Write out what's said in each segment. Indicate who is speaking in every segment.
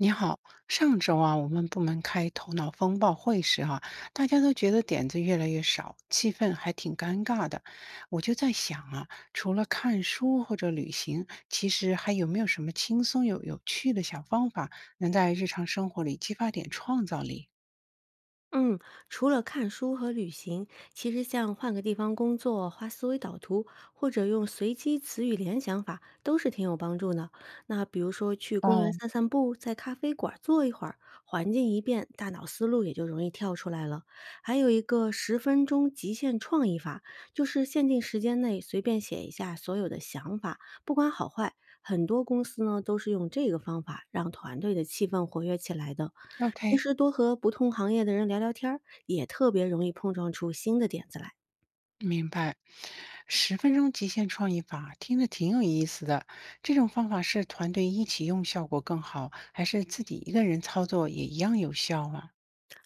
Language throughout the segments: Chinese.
Speaker 1: 你好。上周啊，我们部门开头脑风暴会时啊，大家都觉得点子越来越少，气氛还挺尴尬的。我就在想啊，除了看书或者旅行，其实还有没有什么轻松有趣的小方法，能在日常生活里激发点创造力？
Speaker 2: 嗯，除了看书和旅行，其实像换个地方工作、画思维导图，或者用随机词语联想法，都是挺有帮助的。那比如说去公园
Speaker 1: 哦
Speaker 2: 散散步，在咖啡馆坐一会儿，环境一变，大脑思路也就容易跳出来了。还有一个十分钟极限创意法，就是限定时间内随便写一下所有的想法，不管好坏。很多公司呢都是用这个方法让团队的气氛活跃起来的。平
Speaker 1: ，OK，
Speaker 2: 时多和不同行业的人聊聊天儿，也特别容易碰撞出新的点子来。
Speaker 1: 明白。10分钟极限创意法听着挺有意思的，这种方法是团队一起用效果更好，还是自己一个人操作也一样有效啊？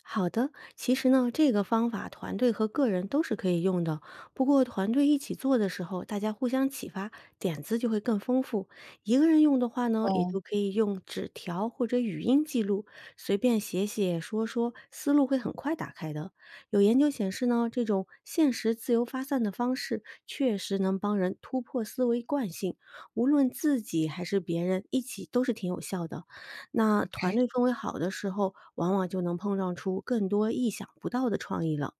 Speaker 2: 好的，其实呢，这个方法团队和个人都是可以用的。不过，团队一起做的时候，大家互相启发，点子就会更丰富。一个人用的话呢，也
Speaker 1: 哦，
Speaker 2: 就可以用纸条或者语音记录，随便写写说说，思路会很快打开的。有研究显示呢，这种现实自由发散的方式，确实能帮人突破思维惯性，无论自己还是别人，一起都是挺有效的。那团
Speaker 1: 哎，
Speaker 2: 队氛围好的时候，往往就能碰撞出更多意想不到的创意了。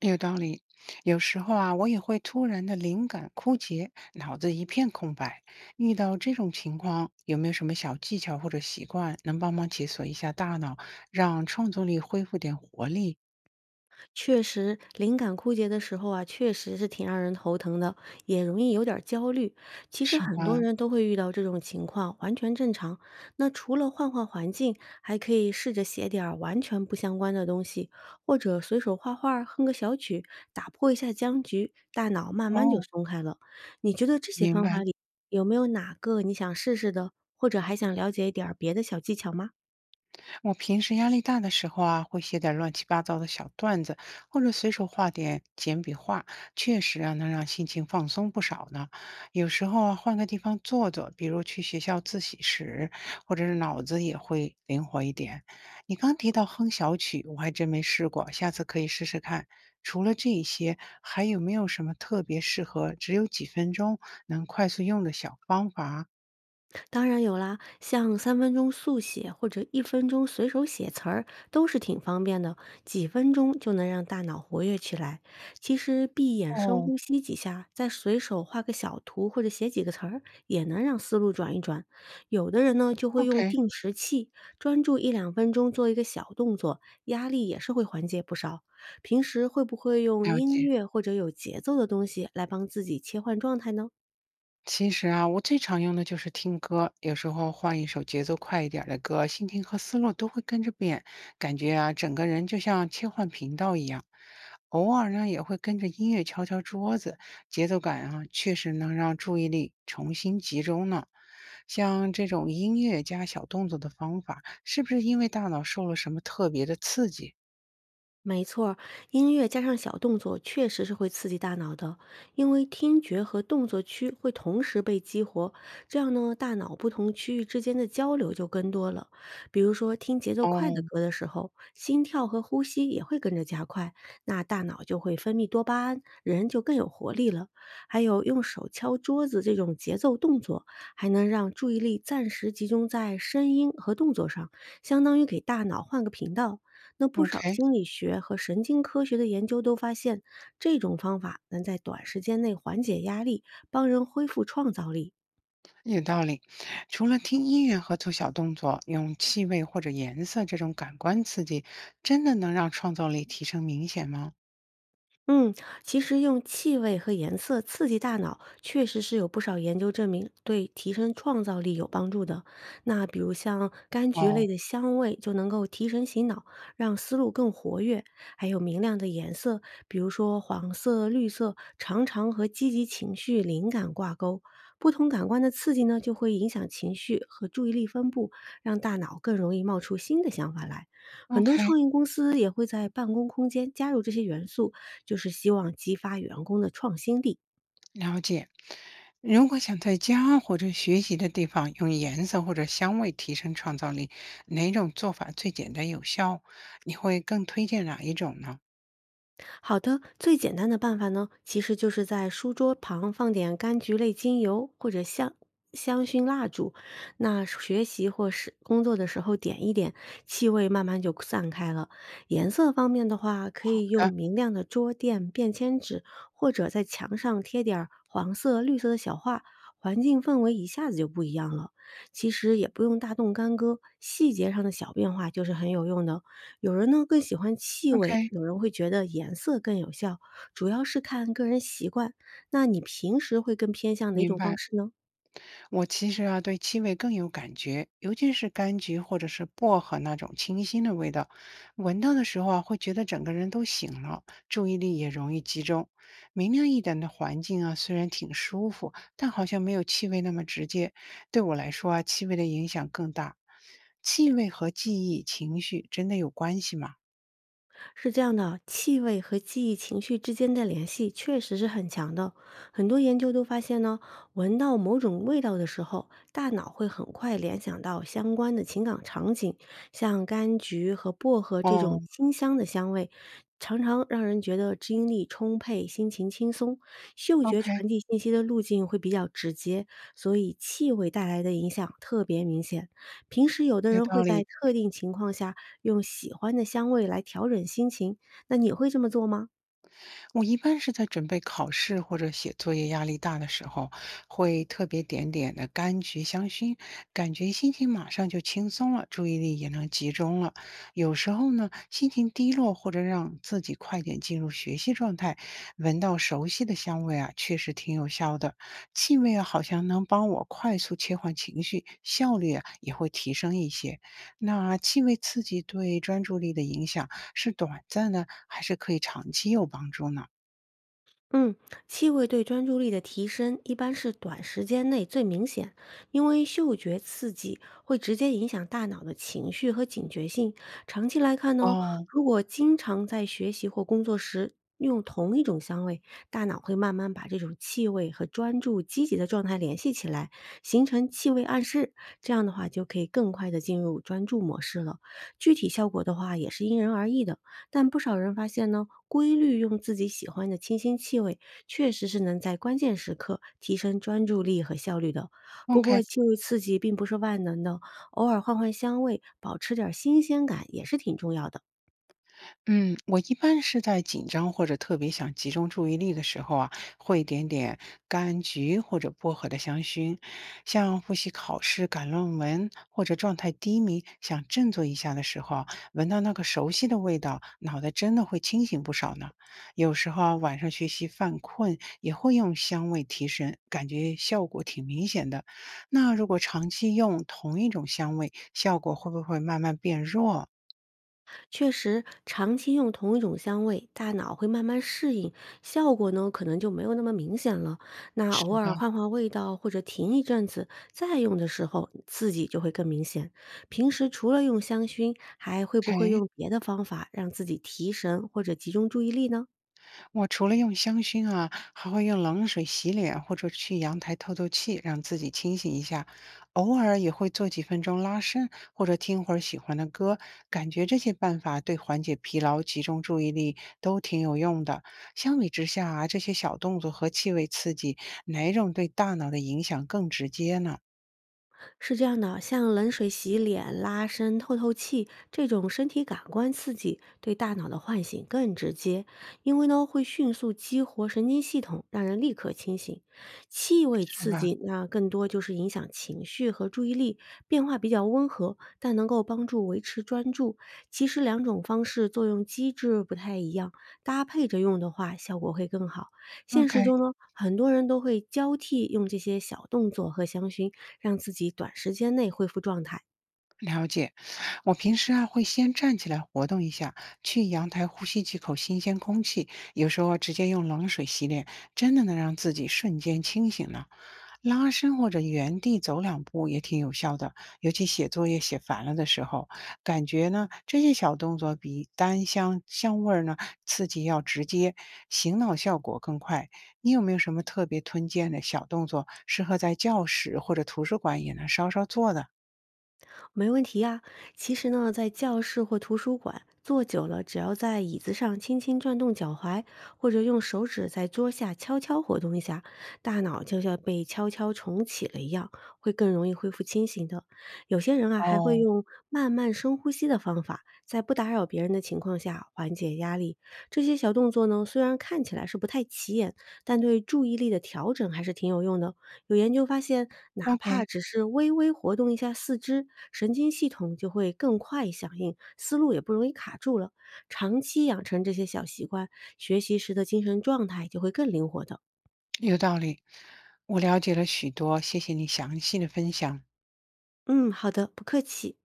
Speaker 1: 有道理。有时候啊，我也会突然的灵感枯竭，脑子一片空白。遇到这种情况，有没有什么小技巧或者习惯能帮忙解锁一下大脑，让创作力恢复点活力，
Speaker 2: 确实，灵感枯竭的时候啊，确实是挺让人头疼的，也容易有点儿焦虑。其实
Speaker 1: 是
Speaker 2: 很多
Speaker 1: 吧？
Speaker 2: 人都会遇到这种情况，完全正常。那除了换换环境，还可以试着写点儿完全不相关的东西，或者随手画画儿哼个小曲，打破一下僵局，大脑慢慢就
Speaker 1: 哦，
Speaker 2: 松开了。你觉得这些
Speaker 1: 明
Speaker 2: 方法
Speaker 1: 白。
Speaker 2: 里有没有哪个你想试试的，或者还想了解一点儿别的小技巧吗？
Speaker 1: 我平时压力大的时候啊，会写点乱七八糟的小段子，或者随手画点简笔画，确实啊，能让心情放松不少呢。有时候啊，换个地方坐坐，比如去学校自习室，或者是脑子也会灵活一点。你刚提到哼小曲，我还真没试过，下次可以试试看。除了这一些，还有没有什么特别适合只有几分钟能快速用的小方法？
Speaker 2: 当然有啦，像三分钟速写或者一分钟随手写词儿都是挺方便的，几分钟就能让大脑活跃起来。其实闭眼深
Speaker 1: 哦
Speaker 2: 呼吸几下，再随手画个小图或者写几个词儿，也能让思路转一转。有的人呢就会用
Speaker 1: ，OK，
Speaker 2: 定时器，专注一两分钟做一个小动作，压力也是会缓解不少。平时会不会用
Speaker 1: 了
Speaker 2: 音
Speaker 1: 解。
Speaker 2: 乐或者有节奏的东西来帮自己切换状态呢？
Speaker 1: 其实啊，我最常用的就是听歌，有时候换一首节奏快一点儿的歌，心情和思路都会跟着变，感觉啊，整个人就像切换频道一样。偶尔呢，也会跟着音乐敲敲桌子，节奏感啊，确实能让注意力重新集中呢。像这种音乐加小动作的方法，是不是因为大脑受了什么特别的刺激？
Speaker 2: 没错儿音乐加上小动作确实是会刺激大脑的，因为听觉和动作区会同时被激活，这样呢，大脑不同区域之间的交流就更多了。比如说，听节奏快的
Speaker 1: 哦
Speaker 2: 歌的时候，心跳和呼吸也会跟着加快，那大脑就会分泌多巴胺，人就更有活力了。还有用手敲桌子这种节奏动作，还能让注意力暂时集中在声音和动作上，相当于给大脑换个频道。那不少
Speaker 1: ，OK。
Speaker 2: 心理学和神经科学的研究都发现，这种方法能在短时间内缓解压力，帮人恢复创造力。
Speaker 1: 有道理，除了听音乐和做小动作，用气味或者颜色这种感官刺激，真的能让创造力提升明显吗？
Speaker 2: 嗯，其实用气味和颜色刺激大脑，确实是有不少研究证明对提升创造力有帮助的。那比如像柑橘类
Speaker 1: 哦
Speaker 2: 的香味就能够提神醒脑，让思路更活跃；还有明亮的颜色，比如说黄色、绿色，常常和积极情绪、灵感挂钩。不同感官的刺激呢，就会影响情绪和注意力分布，让大脑更容易冒出新的想法来。很多
Speaker 1: ，OK,
Speaker 2: 创业公司也会在办公空间加入这些元素，就是希望激发员工的创新力。
Speaker 1: 了解。如果想在家或者学习的地方用颜色或者香味提升创造力，哪种做法最简单有效？你会更推荐哪一种呢？
Speaker 2: 好的，最简单的办法呢，其实就是在书桌旁放点柑橘类精油或者香薰蜡烛那学习或是工作的时候点一点，气味慢慢就散开了。颜色方面的话，可以用
Speaker 1: 啊，
Speaker 2: 明亮的桌垫、便签纸，或者在墙上贴点儿黄色、绿色的小画。环境氛围一下子就不一样了，其实也不用大动干戈，细节上的小变化就是很有用的。有人呢更喜欢气
Speaker 1: o
Speaker 2: 味，
Speaker 1: k
Speaker 2: 有人会觉得颜色更有效，主要是看个人习惯。那你平时会更偏向哪
Speaker 1: 明
Speaker 2: 种方
Speaker 1: 白。
Speaker 2: 式呢？
Speaker 1: 我其实啊，对气味更有感觉，尤其是柑橘或者是薄荷那种清新的味道，闻到的时候啊，会觉得整个人都醒了，注意力也容易集中。明亮一点的环境啊，虽然挺舒服，但好像没有气味那么直接。对我来说啊，气味的影响更大。气味和记忆、情绪真的有关系吗？
Speaker 2: 是这样的，气味和记忆、情绪之间的联系确实是很强的。很多研究都发现呢，闻到某种味道的时候，大脑会很快联想到相关的情感场景，像柑橘和薄荷这种
Speaker 1: 哦
Speaker 2: 清香的香味，常常让人觉得精力充沛、心情轻松。嗅觉
Speaker 1: ，OK,
Speaker 2: 传递信息的路径会比较直接，所以气味带来的影响特别明显。平时有的
Speaker 1: 有
Speaker 2: 人会
Speaker 1: 道
Speaker 2: 在
Speaker 1: 理。
Speaker 2: 特定情况下用喜欢的香味来调整心情，那你会这么做吗？
Speaker 1: 我一般是在准备考试或者写作业压力大的时候，会特别点点的柑橘香薰，感觉心情马上就轻松了，注意力也能集中了。有时候呢，心情低落或者让自己快点进入学习状态，闻到熟悉的香味啊，确实挺有效的。气味啊，好像能帮我快速切换情绪，效率啊也会提升一些。那气味刺激对专注力的影响。是短暂的，还是可以长期有帮助呢？
Speaker 2: 嗯，气味对专注力的提升一般是短时间内最明显，因为嗅觉刺激会直接影响大脑的情绪和警觉性。长期来看呢，
Speaker 1: 哦
Speaker 2: 如果经常在学习或工作时用同一种香味，大脑会慢慢把这种气味和专注积极的状态联系起来，形成气味暗示。这样的话，就可以更快的进入专注模式了。具体效果的话，也是因人而异的。但不少人发现呢，规律用自己喜欢的清新气味，确实是能在关键时刻提升专注力和效率的。不
Speaker 1: ，OK。
Speaker 2: 过，气味刺激并不是万能的，偶尔换换香味，保持点儿新鲜感也是挺重要的。
Speaker 1: 嗯，我一般是在紧张或者特别想集中注意力的时候啊，会点点柑橘或者薄荷的香薰，像复习考试、赶论文或者状态低迷想振作一下的时候啊，闻到那个熟悉的味道，脑袋真的会清醒不少呢。有时候啊，晚上学习犯困也会用香味提神，感觉效果挺明显的。那如果长期用同一种香味，效果会不会慢慢变弱？
Speaker 2: 确实，长期用同一种香味，大脑会慢慢适应，效果呢可能就没有那么明显了。那偶
Speaker 1: 是
Speaker 2: 尔
Speaker 1: 的
Speaker 2: 换换味道或者停一阵子再用的时候，刺激就会更明显。平时除了用香薰，还会不会
Speaker 1: ，OK。
Speaker 2: 用别的方法让自己提神或者集中注意力呢？
Speaker 1: 我除了用香薰啊，还会用冷水洗脸，或者去阳台透透气，让自己清醒一下。偶尔也会做几分钟拉伸，或者听会儿喜欢的歌，感觉这些办法对缓解疲劳、集中注意力都挺有用的。相比之下啊，这些小动作和气味刺激，哪一种对大脑的影响更直接呢？
Speaker 2: 是这样的，像冷水洗脸、拉伸、透透气这种身体感官刺激，对大脑的唤醒更直接，因为呢会迅速激活神经系统，让人立刻清醒。气味
Speaker 1: 是
Speaker 2: 刺
Speaker 1: 吧
Speaker 2: 激那更多就是影响情绪和注意力，变化比较温和，但能够帮助维持专注。其实两种方式作用机制不太一样，搭配着用的话，效果会更好。现实
Speaker 1: ？OK。
Speaker 2: 中呢，很多人都会交替用这些小动作和香薰，让自己短时间内恢复状态。
Speaker 1: 了解，我平时啊会先站起来活动一下，去阳台呼吸几口新鲜空气，有时候直接用冷水洗脸，真的能让自己瞬间清醒呢。拉伸或者原地走两步也挺有效的，尤其写作业写烦了的时候，感觉呢这些小动作比单香香味儿呢刺激要直接，醒脑效果更快。你有没有什么特别推荐的小动作，适合在教室或者图书馆也能稍稍做的？
Speaker 2: 没问题呀。其实呢，在教室或图书馆坐久了，只要在椅子上轻轻转动脚踝，或者用手指在桌下悄悄活动一下，大脑就像被悄悄重启了一样，会更容易恢复清醒的。有些人啊，还会
Speaker 1: 哦
Speaker 2: 用慢慢深呼吸的方法，在不打扰别人的情况下缓解压力。这些小动作呢，虽然看起来是不太起眼，但对注意力的调整还是挺有用的。有研究发现，哪怕
Speaker 1: ，OK。
Speaker 2: 只是微微活动一下四肢，神经系统就会更快响应，思路也不容易卡住了。长期养成这些小习惯，学习时的精神状态就会更灵活的。
Speaker 1: 有道理，我了解了许多，谢谢你详细的分享。
Speaker 2: 嗯，好的，不客气。